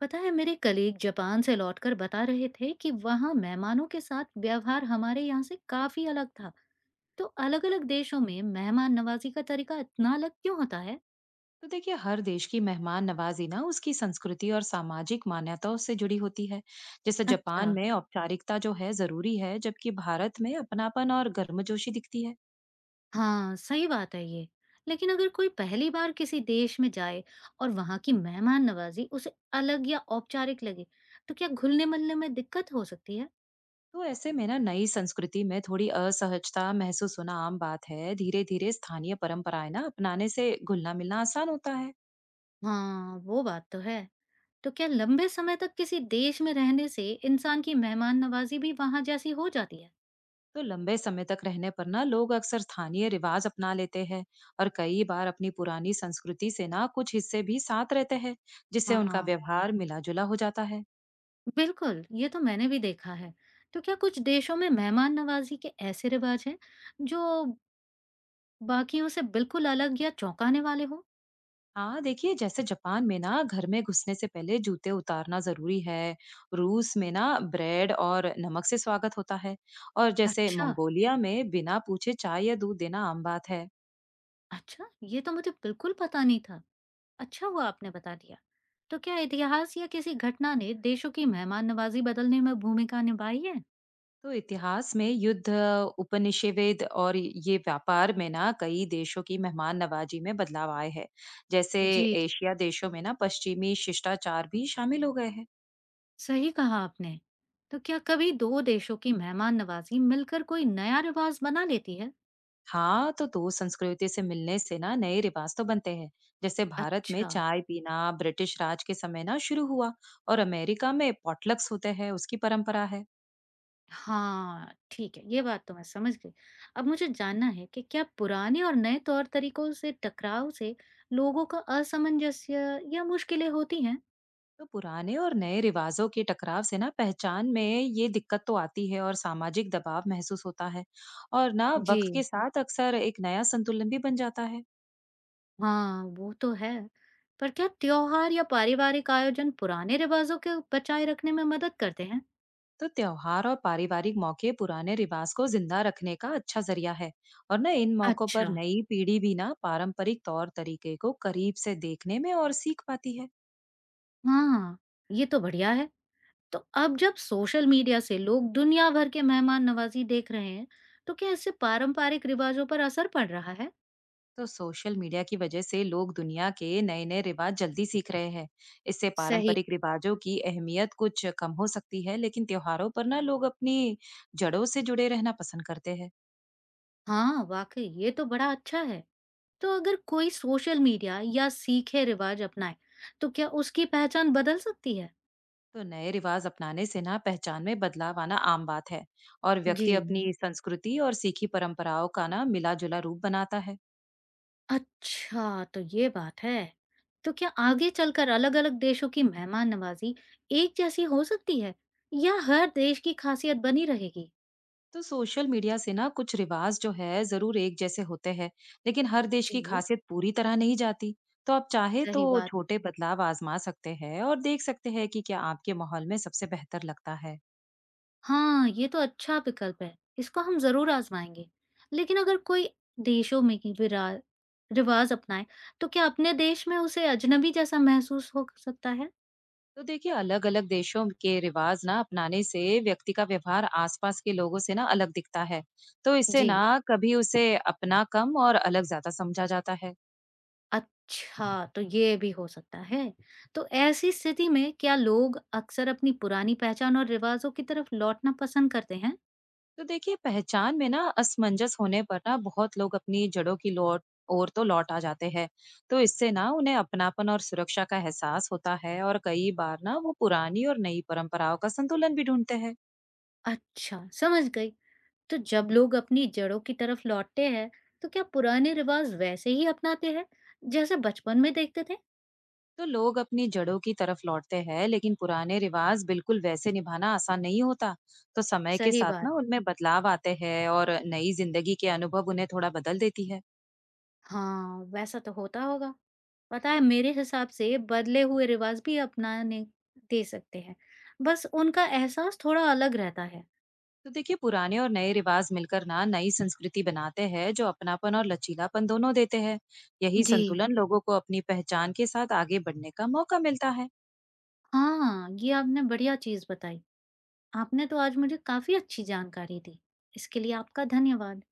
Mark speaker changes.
Speaker 1: पता है मेरे कलीग जापान से लौटकर बता रहे थे कि वहाँ मेहमानों के साथ व्यवहार हमारे यहाँ से काफी अलग था। तो अलग अलग देशों में मेहमान नवाजी का तरीका इतना अलग क्यों होता है?
Speaker 2: तो देखिए, हर देश की मेहमान नवाजी ना उसकी संस्कृति और सामाजिक मान्यताओं से जुड़ी होती है। जैसे
Speaker 1: अच्छा।
Speaker 2: जापान में औपचारिकता जो है जरूरी है, जबकि भारत में अपनापन और गर्मजोशी दिखती है।
Speaker 1: हाँ सही बात है ये। लेकिन अगर कोई पहली बार किसी देश में जाए और वहाँ की मेहमान नवाजी उसे अलग या औपचारिक लगे तो क्या घुलने मिलने में दिक्कत हो सकती है?
Speaker 2: तो ऐसे में ना नई संस्कृति में थोड़ी असहजता महसूस होना आम बात है। धीरे धीरे स्थानीय परंपराएं ना अपनाने से घुलना मिलना आसान होता है।
Speaker 1: हाँ वो बात तो है। तो क्या लंबे समय तक किसी देश में रहने से इंसान की मेहमान नवाजी भी वहाँ जैसी हो जाती है?
Speaker 2: तो लंबे समय तक रहने पर ना लोग अक्सर स्थानीय रिवाज अपना लेते हैं, और कई बार अपनी पुरानी संस्कृति से ना कुछ हिस्से भी साथ रहते हैं, जिससे उनका
Speaker 1: हाँ
Speaker 2: व्यवहार मिला जुला हो जाता है।
Speaker 1: बिल्कुल, ये तो मैंने भी देखा है। तो क्या कुछ देशों में मेहमान नवाज़ी के ऐसे रिवाज हैं जो बाकियों से बिल्कुल अलग या चौंकाने वाले हों?
Speaker 2: हाँ देखिए, जैसे जापान में ना घर में घुसने से पहले जूते उतारना जरूरी है। रूस में ना ब्रेड और नमक से स्वागत होता है। और जैसे
Speaker 1: अच्छा,
Speaker 2: मंगोलिया में बिना पूछे चाय या दूध देना आम बात है।
Speaker 1: अच्छा, ये तो मुझे बिल्कुल पता नहीं था। अच्छा हुआ आपने बता दिया। तो क्या इतिहास या किसी घटना ने देशों की मेहमान नवाज़ी बदलने में भूमिका निभाई है?
Speaker 2: तो इतिहास में युद्ध, उपनिषेवेद और ये व्यापार में ना कई देशों की मेहमान नवाजी में बदलाव आए हैं। जैसे
Speaker 1: जी।
Speaker 2: एशिया देशों में ना पश्चिमी शिष्टाचार भी शामिल हो गए हैं।
Speaker 1: सही कहा आपने। तो क्या कभी दो देशों की मेहमान नवाज़ी मिलकर कोई नया रिवाज बना लेती है?
Speaker 2: हाँ, तो दो संस्कृति से मिलने से ना नए रिवाज तो बनते हैं। जैसे भारत में
Speaker 1: अच्छा।
Speaker 2: चाय पीना ब्रिटिश राज के समय ना शुरू हुआ, और अमेरिका में पॉटलक्स होते हैं, उसकी परंपरा है।
Speaker 1: हाँ, ठीक है, ये बात तो मैं समझ गई। अब मुझे जानना है कि क्या पुराने और नए तौर तरीकों से टकराव से लोगों का असमंजस्य या मुश्किलें होती हैं?
Speaker 2: तो पुराने और नए रिवाजों के टकराव से ना पहचान में ये दिक्कत तो आती है और सामाजिक दबाव महसूस होता है, और ना
Speaker 1: जी।
Speaker 2: वक्त के साथ अक्सर एक नया संतुलन भी बन जाता है।
Speaker 1: हाँ, वो तो है। पर क्या त्योहार या पारिवारिक आयोजन पुराने रिवाजों के बचाए रखने में मदद करते हैं?
Speaker 2: तो त्योहार और पारिवारिक मौके पुराने रिवाज को जिंदा रखने का अच्छा जरिया है, और ना इन मौकों पर
Speaker 1: अच्छा।
Speaker 2: नई पीढ़ी भी ना पारंपरिक तौर तरीके को करीब से देखने में और सीख पाती है।
Speaker 1: हाँ, ये तो बढ़िया है। तो अब जब सोशल मीडिया से लोग दुनिया भर के मेहमान नवाजी देख रहे हैं, तो क्या इससे पारंपरिक रिवाजों पर असर पड़ रहा है?
Speaker 2: तो सोशल मीडिया की वजह से लोग दुनिया के नए नए रिवाज जल्दी सीख रहे हैं। इससे
Speaker 1: सही।
Speaker 2: पारंपरिक रिवाजों की अहमियत कुछ कम हो सकती है, लेकिन त्योहारों पर ना लोग अपनी जड़ों से जुड़े रहना पसंद करते हैं।
Speaker 1: हाँ, वाकई ये तो बड़ा अच्छा है। तो अगर कोई सोशल मीडिया या सीखे रिवाज अपनाए, तो क्या उसकी पहचान बदल सकती है?
Speaker 2: तो नए रिवाज अपनाने से ना पहचान में बदलाव आना आम बात है, और
Speaker 1: जी।
Speaker 2: व्यक्ति अपनी संस्कृति और सीखी परंपराओं का ना मिला जुला रूप बनाता है।
Speaker 1: अच्छा, तो ये बात है। तो क्या आगे चलकर अलग-अलग देशों की मेहमान नवाजी एक जैसी हो सकती है या हर देश की खासियत बनी रहेगी?
Speaker 2: तो सोशल मीडिया से ना कुछ रिवाज जो है जरूर एक जैसे होते हैं, लेकिन हर देश की
Speaker 1: जी।
Speaker 2: खासियत पूरी तरह नहीं जाती। तो आप चाहे तो
Speaker 1: सही बात।
Speaker 2: छोटे बदलाव आजमा सकते हैं और देख सकते हैं कि क्या आपके माहौल में सबसे बेहतर लगता है।
Speaker 1: हाँ, ये तो अच्छा विकल्प है। इसको हम ज़रूर आज़माएँगे। लेकिन अगर कोई देशों में ही विरा रिवाज़ अपनाए, तो क्या अपने देश में उसे अजनबी जैसा महसूस हो सकता है?
Speaker 2: तो देखिए, अलग-अलग देशों के रिवाज ना अपनाने से व्यक्ति का व्यवहार आसपास के लोगों से ना अलग दिखता है। तो इससे
Speaker 1: जी।
Speaker 2: ना कभी उसे अपना कम और अलग ज्यादा समझा जाता है।
Speaker 1: अच्छा, तो ये भी हो सकता है। तो ऐसी स्थिति में क्या लोग अक्सर अपनी पुरानी पहचान और रिवाज़ों की तरफ लौटना पसंद करते हैं?
Speaker 2: तो देखिए, पहचान में ना असमंजस होने पर ना बहुत लोग अपनी जड़ों की लौट ओर तो लौट आ जाते हैं। तो इससे ना उन्हें अपनापन और सुरक्षा का एहसास होता है, और कई बार ना वो पुरानी और नई परंपराओं का संतुलन भी ढूंढते हैं।
Speaker 1: अच्छा, समझ गई। तो जब लोग अपनी जड़ों की तरफ लौटते हैं, तो क्या पुराने रिवाज़ वैसे ही अपनाते हैं, जैसे बचपन में देखते थे?
Speaker 2: तो लोग अपनी जड़ों की तरफ लौटते हैं, लेकिन पुराने रिवाज बिल्कुल वैसे निभाना आसान नहीं होता। तो समय के
Speaker 1: सही
Speaker 2: साथ
Speaker 1: बात।
Speaker 2: ना उनमें बदलाव आते हैं, और नई जिंदगी के अनुभव उन्हें थोड़ा बदल देती है।
Speaker 1: हाँ, वैसा तो होता होगा। पता है मेरे हिसाब से बदले हुए रिवाज़ भी अपनाने दे सकते हैं, बस उनका एहसास थोड़ा अलग रहता है।
Speaker 2: तो देखिए, पुराने और नए रिवाज मिलकर ना नई संस्कृति बनाते हैं, जो अपनापन और लचीलापन दोनों देते हैं। यही
Speaker 1: जी।
Speaker 2: संतुलन लोगों को अपनी पहचान के साथ आगे बढ़ने का मौका मिलता है।
Speaker 1: हाँ, ये आपने बढ़िया चीज़ बताई। आपने तो आज मुझे काफ़ी अच्छी जानकारी दी। इसके लिए आपका धन्यवाद।